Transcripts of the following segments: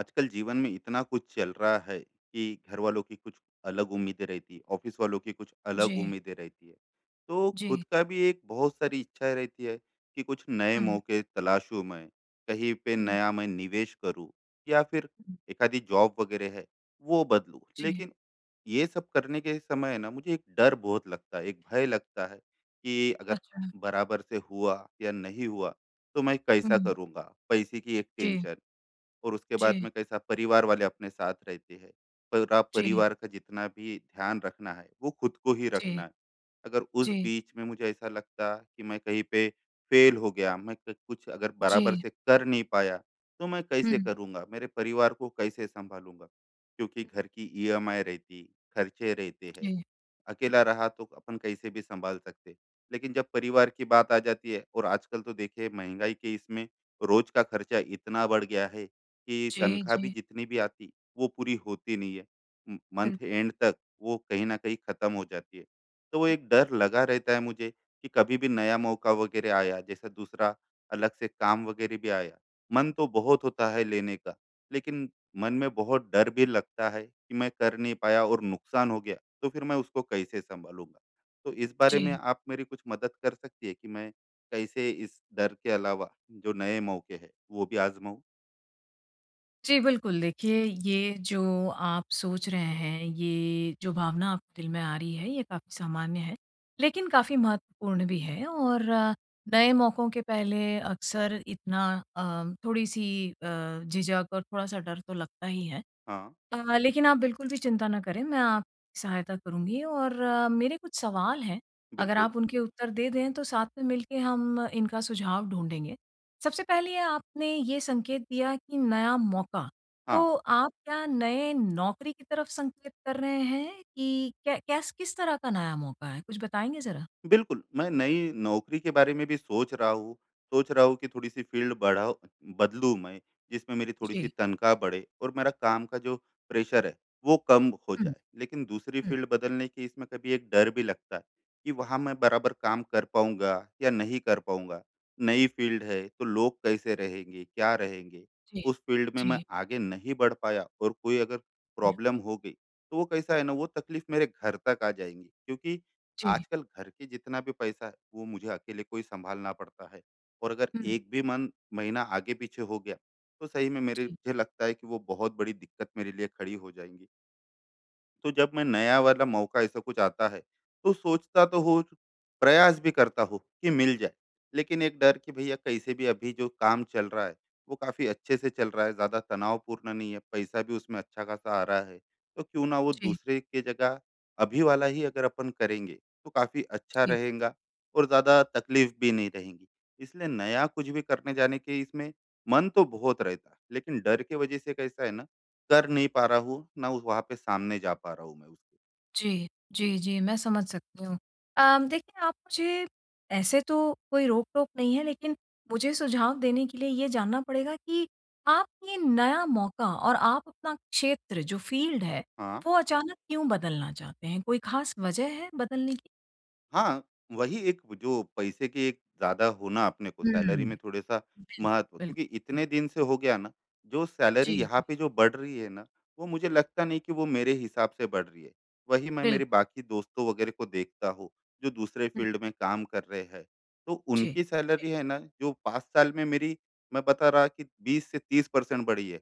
आजकल जीवन में इतना कुछ चल रहा है कि घर वालों की कुछ अलग उम्मीदें रहती है, ऑफिस वालों की कुछ अलग जी, उम्मीदें रहती है। तो जी। खुद का भी एक बहुत सारी इच्छा रहती है कि कुछ नए हुँ, मौके तलाशूं मैं, कहीं पे हुँ, नया मैं निवेश करूं, या फिर हुँ। एखादी जॉब वगैरह है वो बदलूं। जी, लेकिन ये सब करने के समय ना मुझे एक डर बहुत लगता है, एक भय लगता है कि अगर अच्छा। बराबर से हुआ या नहीं हुआ तो मैं कैसा हुँ, करूंगा। पैसे की एक जी, टेंशन, और उसके बाद जी, में कैसा परिवार वाले अपने साथ रहते हैं, पूरा जी, परिवार का जितना भी ध्यान रखना है वो खुद को ही रखना जी, है। अगर उस जी, बीच में मुझे ऐसा लगता कि मैं कहीं पे फेल हो गया, मैं कुछ अगर बराबर जी। से कर नहीं पाया, तो मैं हुँ, कैसे करूँगा, मेरे परिवार को कैसे संभालूंगा, क्योंकि घर की ईएमआई रहती, खर्चे रहते हैं। जी, अकेला रहा तो अपन कैसे भी संभाल सकते, लेकिन जब परिवार की बात आ जाती है, और आजकल तो देखिए महंगाई के इसमें रोज का खर्चा इतना बढ़ गया है कि जी, तनख्वाह भी जी, जितनी भी आती वो पूरी होती नहीं है मंथ बिल्कुल। एंड तक, वो कहीं ना कहीं खत्म हो जाती है। तो वो एक डर लगा रहता है मुझे कि कभी भी नया मौका वगैरह आया, जैसा दूसरा अलग से काम वगैरह भी आया, मन तो बहुत होता है लेने का, लेकिन मन में बहुत डर भी लगता है कि मैं कर नहीं पाया और नुकसान हो गया तो फिर मैं उसको कैसे सँभालूँगा? तो इस बारे जी। में आप मेरी कुछ मदद कर सकती है कि मैं कैसे इस डर के अलावा जो नए मौके हैं, वो भी आज़माऊँ? जी, बिल्कुल, देखिए ये जो आप सोच रहे हैं, ये जो भावना आपके दिल में आ रही है, ये काफ़ी सामान्य है, लेकिन काफ़ी महत्वपूर्ण भी है और नए मौकों के पहले अक्सर इतना थोड़ी-सी झिझक और थोड़ा-सा डर तो लगता ही है। हाँ, लेकिन आप बिल्कुल भी चिंता ना करें, मैं आपकी सहायता करूँगी और मेरे कुछ सवाल हैं, अगर बिल्कुल। आप उनके उत्तर दे दें तो साथ में मिलके हम इनका सुझाव ढूँढेंगे। सबसे पहले आपने ये संकेत दिया कि नया मौका, हाँ। तो आप क्या नए नौकरी की तरफ संकेत कर रहे हैं कि क्या कैस किस तरह का नया मौका है? कुछ बताएँगे ज़रा? बिल्कुल, मैं नई नौकरी के बारे में भी सोच रहा हूँ। सोच रहा हूँ कि थोड़ी-सी फ़ील्ड बढ़ाओ बदलूँ मैं, जिसमें मेरी थोड़ी-सी जी। तनख्वाह बढ़े और मेरा काम का जो प्रेशर है, वो कम हो हुँ, जाए। लेकिन दूसरी हुँ। फ़ील्ड बदलने की इसमें कभी एक डर भी लगता है कि वहाँ मैं बराबर काम कर पाऊँगा या नहीं कर पाऊँगा। नई फ़ील्ड है, तो लोग कैसे रहेंगे, क्या रहेंगे? जी, उस फ़ील्ड में जी, मैं आगे नहीं बढ़ पाया और कोई अगर जी, प्रॉब्लम हो गई, तो वो कैसा है ना, वो तकलीफ़ मेरे घर तक आ जाएँगी, क्योंकि जी, आजकल घर के जितना भी पैसा है वो मुझे अकेले को ही संभालना पड़ता है, और अगर हुँ, एक भी मन महीना आगे पीछे हो गया तो सही में मेरे जी, मुझे लगता है कि वो बहुत बड़ी दिक्कत मेरे लिए खड़ी हो जाएंगी। तो जब मैं नया वाला मौका ऐसा कुछ आता है तो सोचता तो हो, प्रयास भी करता हो कि मिल जाए, लेकिन एक डर कि भैया कैसे भी अभी जो काम चल रहा है वो काफी अच्छे से चल रहा है, ज्यादा तनावपूर्ण नहीं है, पैसा भी उसमें अच्छा खासा आ रहा है, तो क्यों ना वो जी। दूसरे के जगह अभी वाला ही अगर अपन करेंगे तो काफी अच्छा जी रहेगा और ज्यादा तकलीफ भी नहीं रहेगी। इसलिए नया कुछ भी करने जाने के इसमें मन तो बहुत रहता है लेकिन डर के वजह से कैसा है ना, कर नहीं पा रहा हूँ, वहाँ पे सामने जा पा रहा हूँ मैं उसके। जी, जी, जी, मैं समझ सकती हूँ। देखिए आप मुझे ऐसे तो कोई रोक-टोक नहीं है लेकिन मुझे सुझाव देने के लिए ये जानना पड़ेगा कि आप ये नया मौका और आप अपना क्षेत्र जो फ़ील्ड है, हाँ, वो अचानक क्यों बदलना चाहते हैं? कोई ख़ास वजह है बदलने की? हाँ, वही एक जो पैसे की एक ज़्यादा होना अपने को सैलरी हुँ, में थोड़ा-सा बिल महत्व, बिल्कुल, क्योंकि हुँ, इतने दिन से हो गया ना, जो जी, सैलरी यहाँ जी, पे जो बढ़ रही है ना, वो मुझे लगता नहीं कि वो मेरे हिसाब से बढ़ रही है। वही मैं बिल्कुल, मेरे बाकी दोस्तों वगैरह को देखता हूँ, जो दूसरे फ़ील्ड में काम कर रहे हैं, तो जी, उनकी जी, सैलरी है ना, जो 5 साल में मेरी मैं बता रहा कि 20 से 30% बढ़ी है।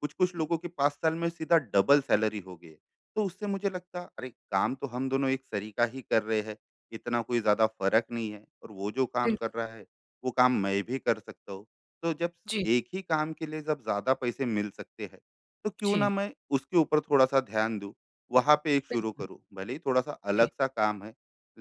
कुछ-कुछ हुँ, लोगों की 5 साल में सीधा डबल सैलरी हो गई है। तो उससे मुझे लगता, अरे! काम तो हम दोनों एक सरी का ही कर रहे हैं। इतना कोई ज़्यादा फ़र्क नहीं है और वो जो काम कर बिल्कुल, रहा है, वो काम मैं भी कर सकता हूँ। तो जब जी, एक ही काम के लिए जब ज़्यादा पैसे मिल सकते हैं, तो क्यों ना जी, मैं उसके ऊपर थोड़ा-सा ध्यान दूँ, वहाँ पे एक शुरू बिल्कुल, करूँ। भले ही थोड़ा-सा अलग जी, सा काम है,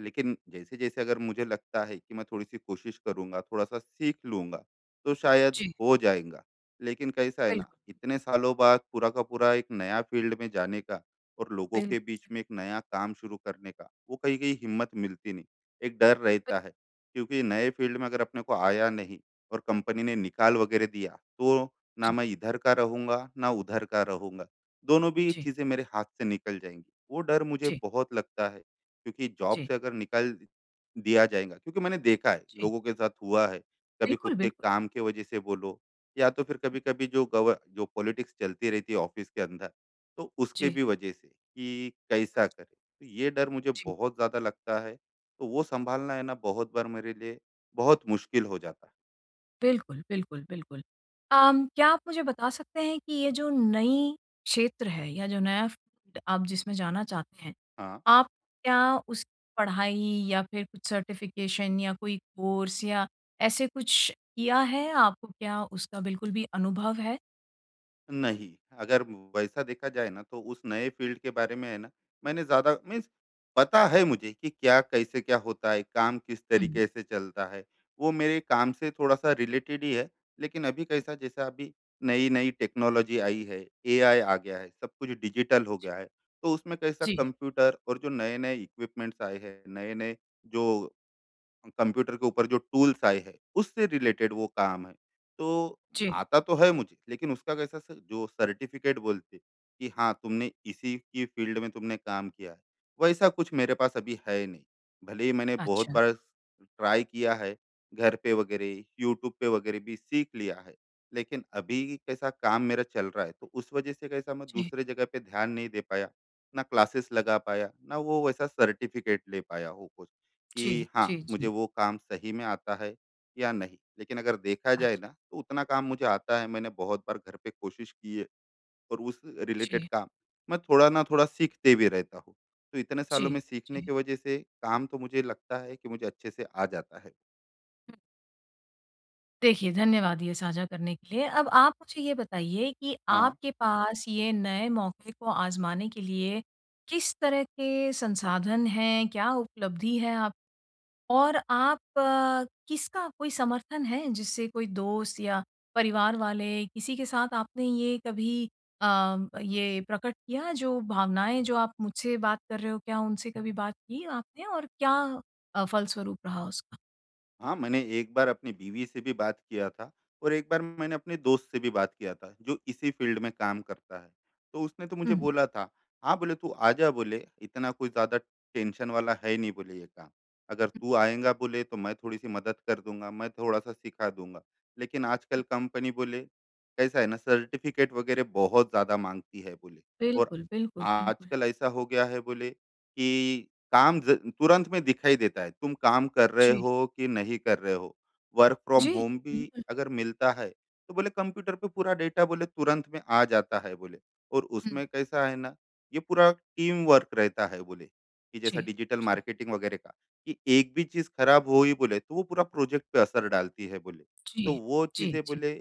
लेकिन जैसे-जैसे अगर मुझे लगता है कि मैं थोड़ी-सी कोशिश करूँगा, थोड़ा-सा सीख लूँगा, तो शायद जी, हो जाएगा। लेकिन कैसा है ना, बिल्कुल, इतने सालों बाद पूरा का पूरा एक नया फ़ील्ड में जाने का और लोगों बिल्कुल, के बीच में एक नया काम शुरू करने का, वो कहीं कहीं हिम्मत मिलती नहीं, एक डर बिल रहता है। क्योंकि नए फील्ड में अगर अपने को आया नहीं और कंपनी ने निकाल वगैरह दिया तो ना जी, मैं इधर का रहूंगा ना उधर का रहूंगा, दोनों भी जी, चीज़ें मेरे हाथ से निकल जाएंगी, वो डर मुझे जी, बहुत लगता है, क्योंकि जॉब जी, से अगर निकाल दिया जाएगा, क्योंकि मैंने देखा है जी, लोगों के साथ हुआ है, कभी खुद बिल्कुल, के बिल्कुल। काम के वजह से बोलो, या तो फिर कभी कभी जो गव जो पॉलिटिक्स चलती रहती है ऑफिस के अंदर, तो उसके जी, भी वजह से कि कैसा करें? तो ये डर मुझे जी। बहुत ज़्यादा लगता है, तो वो सँभालना है ना, बहुत बार मेरे लिए बहुत मुश्किल हो जाता है। बिल्कुल, बिल्कुल, बिल्कुल। क्या आप मुझे बता सकते हैं कि ये जो नई क्षेत्र है या जो नया फ़ील्ड आप जिसमें जाना चाहते हैं, हाँ। आप क्या उस पढ़ाई या फिर कुछ सर्टिफ़िकेशन या कोई कोर्स या ऐसे कुछ किया है? आपको क्या उसका बिल्कुल भी अनुभव है? नहीं, अगर वैसा देखा जाए ना तो उस नए फ़ील्ड के बारे में है ना, मैंने ज़्यादा मीन्स पता है मुझे कि क्या कैसे क्या होता है, काम किस हुँ। तरीके से चलता है। वो मेरे काम से थोड़ा-सा रिलेटेड ही है, लेकिन अभी कैसा जैसा अभी नई-नई टेक्नोलॉजी आई है, एआई आ गया है, सब कुछ डिजिटल हो जी, गया है। तो उसमें कैसा जी, कंप्यूटर और जो नए-नए इक्विपमेंट्स आए हैं, नए-नए जो कंप्यूटर के ऊपर जो टूल्स आए हैं, उससे रिलेटेड वो काम है। तो जी। आता तो है मुझे, लेकिन उसका कैसा स जो सर्टिफ़िकेट बोलते कि हाँ, तुमने इसी की फ़ील्ड में तुमने काम किया है, वैसा कुछ मेरे पास अभी है नहीं। भले ही मैंने बहुत अच्छा। बार ट्राई किया है, घर पे वगैरह, यूट्यूब पे वगैरह भी सीख लिया है, लेकिन अभी कैसा काम मेरा चल रहा है, तो उस वजह से कैसा मैं जी, दूसरे जगह पे ध्यान नहीं दे पाया, ना क्लासेस लगा पाया, ना वो वैसा सर्टिफ़िकेट ले पाया हो कुछ। जी, कि हाँ, जी, मुझे जी। वो काम सही में आता है या नहीं। लेकिन अगर देखा जाए ना, अच्छा। तो उतना काम मुझे आता है, मैंने बहुत बार घर पे कोशिश की है और उस रिलेटेड जी, काम मैं थोड़ा ना थोड़ा सीखते भी रहता हूँ। तो इतने जी, सालों में सीखने जी। की वजह से काम तो मुझे लगता है कि मुझे अच्छे से आ जाता है। देखिए, धन्यवाद ये साझा करने के लिए। अब आप मुझे ये बताइए कि हाँ। आपके पास ये नए मौके को आज़माने के लिए किस तरह के संसाधन हैं? क्या उपलब्धि है आप और आप किसका कोई समर्थन है, जिससे कोई दोस्त या परिवार वाले किसी के साथ आपने ये कभी ये प्रकट किया जो भावनाएँ जो आप मुझसे बात कर रहे हो, क्या उनसे कभी बात की आपने और क्या फलस्वरूप रहा उसका? हाँ, मैंने एक बार अपनी बीवी से भी बात किया था और एक बार मैंने अपने दोस्त से भी बात किया था जो इसी फील्ड में काम करता है। तो उसने तो हुँ, मुझे हुँ। बोला था, हाँ बोले तू आ जा बोले, इतना कोई ज़्यादा टेंशन वाला है नहीं बोले ये काम। अगर तू आएगा बोले तो मैं थोड़ी सी मदद कर दूँगा, मैं थोड़ा-सा सिखा दूँगा। लेकिन आजकल कंपनी बोले कैसा है ना सर्टिफ़िकेट वग़ैरह बहुत ज़्यादा माँगती है बोले, और बिल्कुल, बिल्कुल, बिल्कुल। आजकल ऐसा हो गया है बोले कि काम ज तुरंत में दिखाई देता है, तुम काम कर रहे जी। हो कि नहीं कर रहे हो। वर्क फ्रॉम जी, होम भी बिल्कुल। अगर मिलता है, तो बोले कंप्यूटर पे पूरा डेटा बोले तुरंत में आ जाता है बोले, और हुँ, उसमें कैसा है ना, ये पूरा टीम वर्क रहता है बोले, कि जी, जैसा डिजिटल जी, मार्केटिंग वगैरह का, कि एक भी चीज़ खराब हुई बोले, तो वो पूरा प्रोजेक्ट पे असर डालती है बोले। जी, तो वो जी, चीज़ें जी, बोले,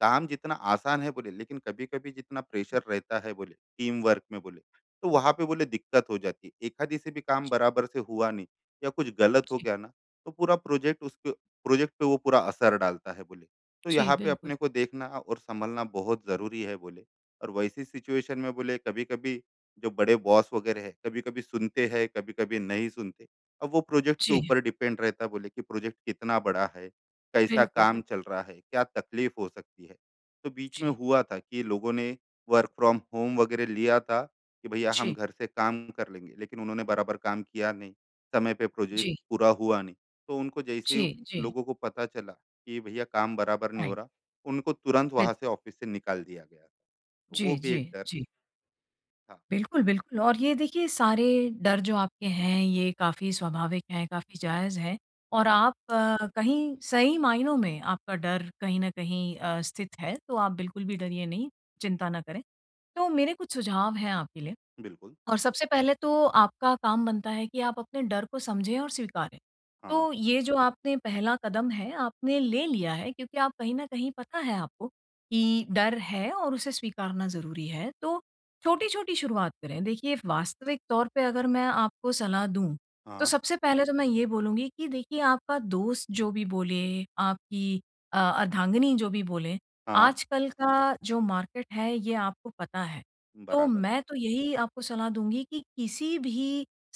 काम जितना आसान है बोले, लेकिन कभी-कभी जितना प्रेशर रहता है बोले, टीम वर्क में बोले, तो वहाँ पे बोले दिक्कत हो जाती है। एखादी से भी काम जी, बराबर से हुआ नहीं या कुछ गलत हो जी, गया ना, तो पूरा प्रोजेक्ट उसके प्रोजेक्ट पे वो पूरा असर डालता है बोले। तो जी, यहाँ पे बिल्कुल। अपने को देखना और संभलना बहुत ज़रूरी है बोले, और वैसी सिचुएशन में बोले कभी कभी जो बड़े बॉस वगैरह है, कभी कभी सुनते हैं कभी कभी नहीं सुनते। अब वो प्रोजेक्ट के जी, ऊपर डिपेंड रहता है बोले कि प्रोजेक्ट कितना बड़ा है, कैसा बिल्कुल, काम बिल चल रहा है, क्या तकलीफ हो सकती है। तो बीच में जी, हुआ था कि लोगों ने वर्क फ्रॉम होम वगैरह लिया था कि भैया हम जी, घर से काम कर लेंगे, लेकिन उन्होंने बराबर काम किया नहीं, समय पे प्रोजेक्ट जी, पूरा हुआ नहीं, तो उनको जैसे जी, ही जी, लोगों को पता चला कि भैया काम बराबर नहीं हो राइट, रहा, उनको तुरंत बिल वहां से ऑफिस से निकाल दिया गया था। तो वो जी, भी जी, एक डर जी। था। बिल्कुल, बिल्कुल और ये देखिए सारे डर जो आपके हैं ये काफ़ी स्वाभाविक हैं, काफ़ी जायज़ हैं और हाँ, आप कहीं सही मायनों में आपका डर कहीं न कहीं स्थित है, तो आप बिल्कुल भी डरिए नहीं, चिंता ना करें। तो मेरे कुछ सुझाव हैं आपके लिए। बिल्कुल। और सबसे पहले तो आपका काम बनता है कि आप अपने डर को समझें और स्वीकारें। हाँ, तो ये जो आपने पहला कदम है, आपने ले लिया है क्योंकि आप कहीं न कहीं पता है आपको कि डर है और उसे स्वीकारना ज़रूरी है। तो छोटी-छोटी शुरुआत करें। देखिए वास्तविक तौर पे अगर मैं आपको सलाह दूँ, तो हाँ, सबसे पहले तो मैं ये बोलूँगी कि देखिए आपका दोस्त जो भी बोले, आपकी अर्धांगिनी जो भी बोले, हाँ, आजकल का जो मार्केट है ये आपको पता है। तो बराबर। मैं तो यही आपको सलाह दूँगी कि किसी भी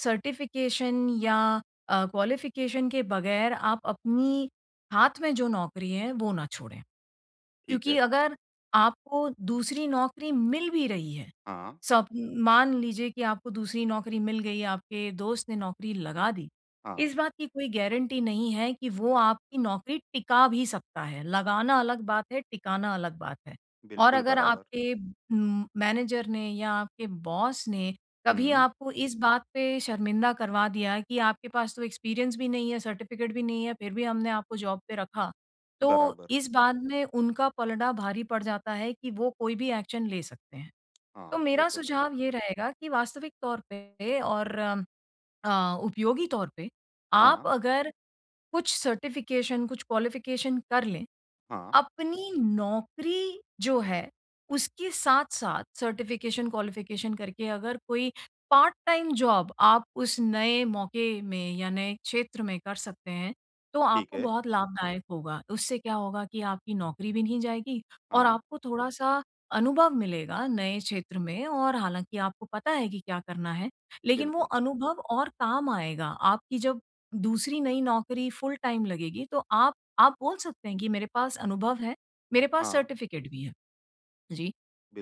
सर्टिफ़िकेशन या क्वालिफ़िकेशन के बगैर आप अपनी हाथ में जो नौकरी है, वो ना छोड़ें। ठीक क्योंकि है। अगर आपको दूसरी नौकरी मिल भी रही है, हाँ। सब मान लीजिए कि आपको दूसरी नौकरी मिल गई, आपके दोस्त ने नौकरी लगा दी। हाँ, इस बात की कोई गारंटी नहीं है कि वो आपकी नौकरी टिका भी सकता है, लगाना अलग बात है, टिकाना अलग बात है। और बिल्कुल। अगर बराबर। आपके मैनेजर ने या आपके बॉस ने कभी हम्म। आपको इस बात पे शर्मिंदा करवा दिया कि आपके पास तो एक्सपीरियंस भी नहीं है, सर्टिफ़िकेट भी नहीं है, फिर भी हमने आपको जॉब पे रखा। तो बराबर। इस बात में उनका पलड़ा भारी पड़ जाता है कि वो कोई भी एक्शन ले सकते हैं। तो हाँ, ये मेरा तो है। सुझाव ये रहेगा कि वास्तविक तौर पे और उपयोगी तौर पे आप हाँ। अगर कुछ सर्टिफ़िकेशन, कुछ क्वालिफ़िकेशन कर लें हाँ, अपनी नौकरी जो है, उसके साथ-साथ सर्टिफ़िकेशन, क्वालिफ़िकेशन करके अगर कोई पार्ट टाइम जॉब आप उस नए मौके में या नए क्षेत्र में कर सकते हैं, तो ठीक आपको है। बहुत लाभदायक होगा। उससे क्या होगा कि आपकी नौकरी भी नहीं जाएगी और हाँ, आपको थोड़ा-सा अनुभव मिलेगा नए क्षेत्र में और हालाँकि आपको पता है कि क्या करना है, लेकिन वो बिल्कुल। अनुभव और काम आएगा। आपकी जब दूसरी नई नौकरी फुल टाइम लगेगी, तो आप बोल सकते हैं कि मेरे पास अनुभव है, मेरे पास हाँ, सर्टिफ़िकेट भी है। जी।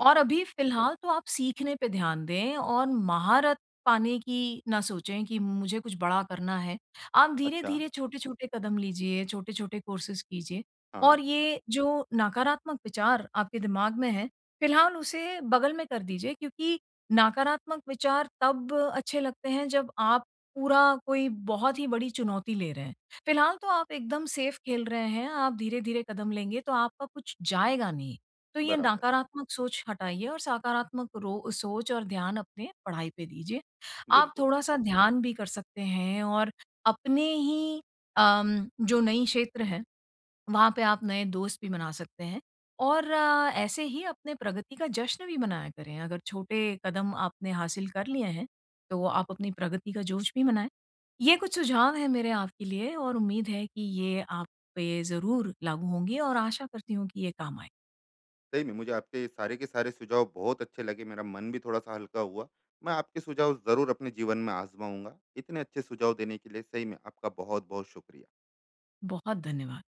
और अभी फ़िलहाल तो आप सीखने पे ध्यान दें और महारत पाने की ना सोचें कि मुझे कुछ बड़ा करना है। आप अच्छा। धीरे-धीरे छोटे-छोटे कदम लीजिए, छोटे-छोटे कोर्सेज़ कीजिए हाँ, और ये जो नकारात्मक विचार आपके दिमाग में है, फ़िलहाल उसे बगल में कर दीजिए क्योंकि नकारात्मक विचार तब अच्छे लगते हैं जब आप पूरा कोई बहुत ही बड़ी चुनौती ले रहे हैं। फ़िलहाल तो आप एकदम सेफ खेल रहे हैं, आप धीरे-धीरे कदम लेंगे तो आपका कुछ जाएगा नहीं। तो ये बराबर। नकारात्मक सोच हटाइए और सकारात्मक रो सोच और ध्यान अपने पढ़ाई पे दीजिए। आप बिल्कुल। थोड़ा-सा ध्यान भी कर सकते हैं और अपने ही जो नई क्षेत्र है, वहाँ पे आप नए दोस्त भी बना सकते हैं और ऐसे ही अपने प्रगति का जश्न भी मनाया करें। अगर छोटे कदम आपने हासिल कर लिए हैं, तो आप अपनी प्रगति का जोश भी मनाएँ। ये कुछ सुझाव हैं मेरे आपके लिए और उम्मीद है कि ये आप पे ज़रूर लागू होंगे और आशा करती हूँ कि ये काम आएँ। सही में मुझे आपके सारे के सारे सुझाव बहुत अच्छे लगे, मेरा मन भी थोड़ा सा हल्का हुआ। मैं आपके सुझाव जरूर अपने जीवन में आजमाऊंगा, इतने अच्छे सुझाव देने के लिए सही में आपका बहुत बहुत शुक्रिया। बहुत धन्यवाद।